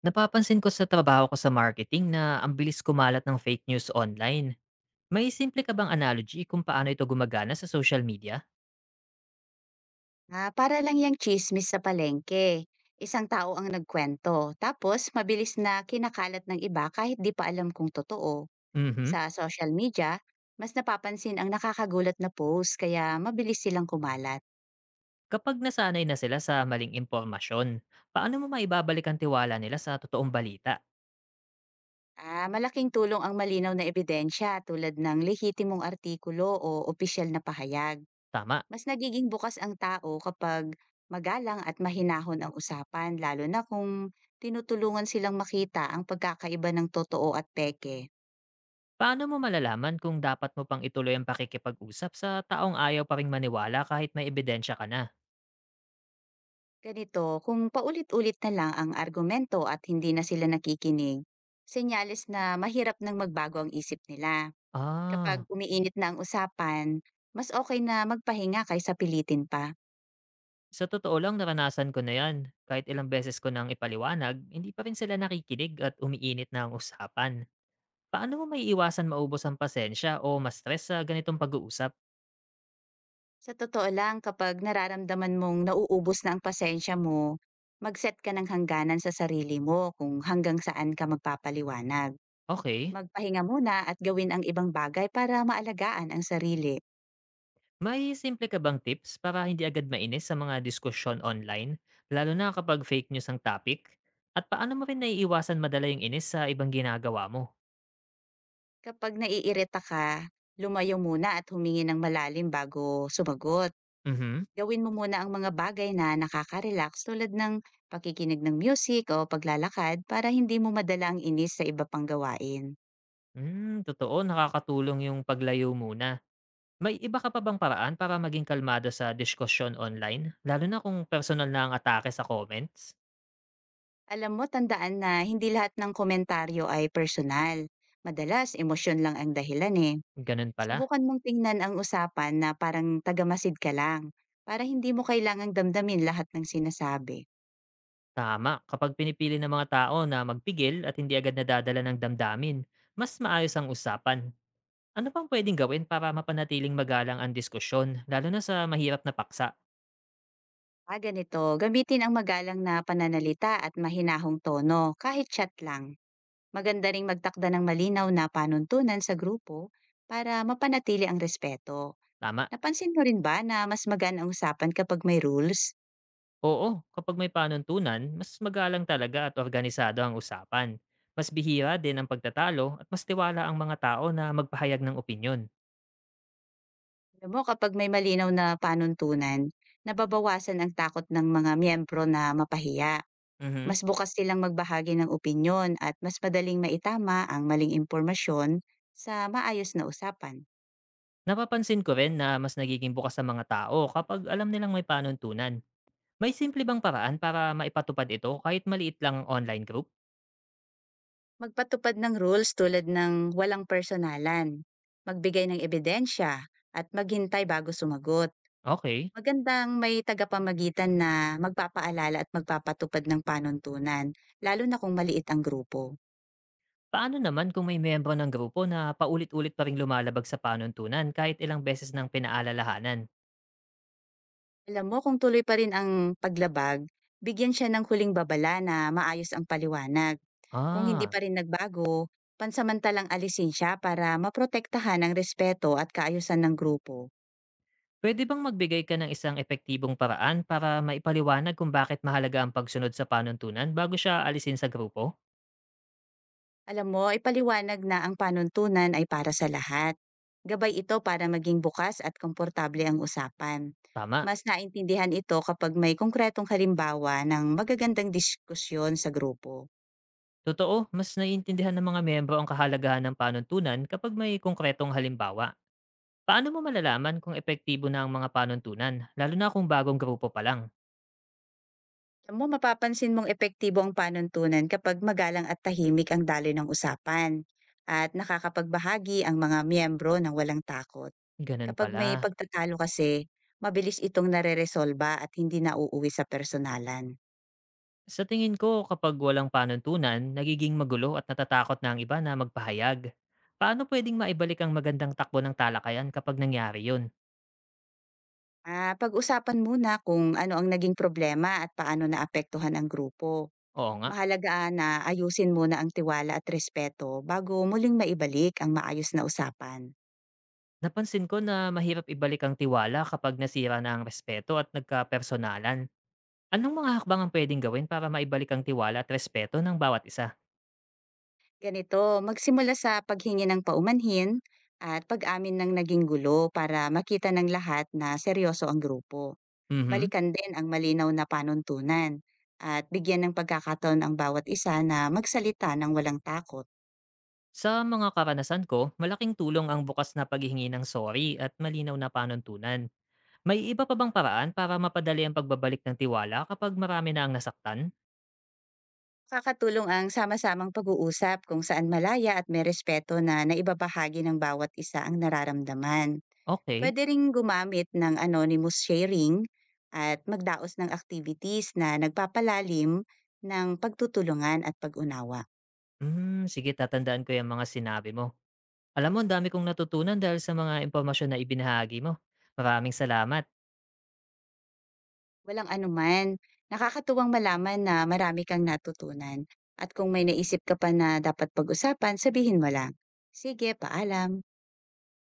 Napapansin ko sa trabaho ko sa marketing na ang bilis kumalat ng fake news online. May simple ka bang analogy kung paano ito gumagana sa social media? Para lang yang tsismis sa palengke. Isang tao ang nagkwento, tapos mabilis na kinakalat ng iba kahit di pa alam kung totoo. Mhm. Sa social media, mas napapansin ang nakakagulat na post kaya mabilis silang kumalat. Kapag nasanay na sila sa maling impormasyon, paano mo maibabalik ang tiwala nila sa totoong balita? Malaking tulong ang malinaw na ebidensya tulad ng lehitimong artikulo o opisyal na pahayag. Tama. Mas nagiging bukas ang tao kapag magalang at mahinahon ang usapan lalo na kung tinutulungan silang makita ang pagkakaiba ng totoo at peke. Paano mo malalaman kung dapat mo pang ituloy ang pakikipag-usap sa taong ayaw pa ring maniwala kahit may ebidensya ka na? Ganito, kung paulit-ulit na lang ang argumento at hindi na sila nakikinig, senyales na mahirap nang magbago ang isip nila. Ah, Kapag umiinit na ang usapan, mas okay na magpahinga kaysa pilitin pa. sa totoo lang naranasan ko na yan. Kahit ilang beses ko nang ipaliwanag, hindi pa rin sila nakikinig at umiinit na ang usapan. Paano mo maiiwasang maubos ang pasensya o ma-stress sa ganitong pag-uusap? Sa totoo lang, kapag nararamdaman mong nauubos na ang pasensya mo, mag-set ka ng hangganan sa sarili mo kung hanggang saan ka magpapaliwanag. Okey. Magpahinga muna at gawin ang ibang bagay para maalagaan ang sarili. May simple ka bang tips para hindi agad mainis sa mga diskusyon online, lalo na kapag fake news ang topic? At paano mo rin naiiwasan madala yung inis sa ibang ginagawa mo? Kapag naiirita ka, lumayo muna at humingi ng malalim bago sumagot. Mhm. Gawin mo muna ang mga bagay na nakaka-relax tulad ng pakikinig ng music o paglalakad para hindi mo madala ang inis sa iba pang gawain. Hmm, totoo nakakatulong yung paglayo muna. May iba ka pa bang paraan para maging kalmado sa diskusyon online, lalo na kung personal na ang atake sa comments? Alam mo, tandaan na hindi lahat ng komentaryo ay personal. Madalas, emosyon lang ang dahilan eh. Ganun pala. Subukan mong tingnan ang usapan na parang tagamasid ka lang para hindi mo kailangang damdamin lahat ng sinasabi. Tama, kapag pinipili ng mga tao na magpigil at hindi agad nadadala ng damdamin, mas maayos ang usapan. Ano pang pwedeng gawin para mapanatiling magalang ang diskusyon, lalo na sa mahirap na paksa? Ganito. Gamitin ang magalang na pananalita at mahinahong tono, kahit chat lang. Maganda ring magtakda ng malinaw na panuntunan sa grupo para mapanatili ang respeto. Tama. Napansin mo rin ba na mas magaan ang usapan kapag may rules? Oo, kapag may panuntunan, mas magalang talaga at organisado ang usapan. Mas bihira din ang pagtatalo at mas tiwala ang mga tao na magpahayag ng opinyon. Alam mo, kapag may malinaw na panuntunan, nababawasan ang takot ng mga miyembro na mapahiya. Mhm. Mas bukas silang magbahagi ng opinyon at mas madaling maitama ang maling impormasyon sa maayos na usapan. Napapansin ko rin na mas nagiging bukas sa mga tao kapag alam nilang may panuntunan. May simple bang paraan para maipatupad ito kahit maliit lang ang online group? Magpatupad ng rules tulad ng walang personalan, magbigay ng ebidensya, at maghintay bago sumagot. Okay. Magandang may tagapamagitan na magpapaalala at magpapatupad ng panuntunan, lalo na kung maliit ang grupo. Paano naman kung may miyembro ng grupo na paulit-ulit pa ring lumalabag sa panuntunan kahit ilang beses nang pinaalalahanan? Alam mo kung tuloy pa rin ang paglabag, bigyan siya ng huling babala na maayos ang paliwanag. Kung hindi Ah, pa rin nagbago, pansamantalang alisin siya para maprotektahan ang respeto at kaayusan ng grupo. pwede bang magbigay ka ng isang epektibong paraan para maipaliwanag kung bakit mahalaga ang pagsunod sa panuntunan bago siya alisin sa grupo? Alam mo, ipaliwanag na ang panuntunan ay para sa lahat. Gabay ito para maging bukas at komportable ang usapan. Tama, Mas naintindihan ito kapag may konkretong halimbawa ng magagandang diskusyon sa grupo. totoo, mas naiintindihan ng mga miyembro ang kahalagahan ng panuntunan kapag may konkretong halimbawa. Paano mo malalaman kung epektibo na ang mga panuntunan, lalo na kung bagong grupo pa lang? Alam mo, mapapansin mong epektibo ang panuntunan kapag magalang at tahimik ang daloy ng usapan at nakakapagbahagi ang mga miyembro ng walang takot. Ganun Kapag may pala. pagtatalo kasi, mabilis itong nare at hindi nauuwi sa personalan. Sa tingin ko, kapag walang panuntunan, nagiging magulo at natatakot na ang iba na magpahayag. Paano pwedeng maibalik ang magandang takbo ng talakayan kapag nangyari yun? Pag-usapan muna kung ano ang naging problema at paano naapektuhan ang grupo. Oo nga. Mahalaga na ayusin muna ang tiwala at respeto bago muling maibalik ang maayos na usapan. Napansin ko na mahirap ibalik ang tiwala kapag nasira na ang respeto at nagkapersonalan. Anong mga hakbang ang pwedeng gawin para maibalik ang tiwala at respeto ng bawat isa? Ganito, magsimula sa paghingi ng paumanhin at pag-amin ng naging gulo para makita ng lahat na seryoso ang grupo. Mhm. Balikan din ang malinaw na panuntunan at bigyan ng pagkakataon ang bawat isa na magsalita ng walang takot. Sa mga karanasan ko, malaking tulong ang bukas na paghihingi ng sorry at malinaw na panuntunan. May iba pa bang paraan para mapadali ang pagbabalik ng tiwala kapag marami na ang nasaktan? Nakakatulong ang sama-samang pag-uusap kung saan malaya at may respeto na naibabahagi ng bawat isa ang nararamdaman. Okay. Pwede ring gumamit ng anonymous sharing at magdaos ng activities na nagpapalalim ng pagtutulungan at pag-unawa. Hmm, sige tatandaan ko yung mga sinabi mo. Alam mo ang dami kong natutunan dahil sa mga impormasyon na ibinahagi mo. Maraming salamat. Walang anuman, nakakatuwang malaman na marami kang natutunan. At kung may naisip ka pa na dapat pag-usapan, sabihin mo lang. Sige, paalam.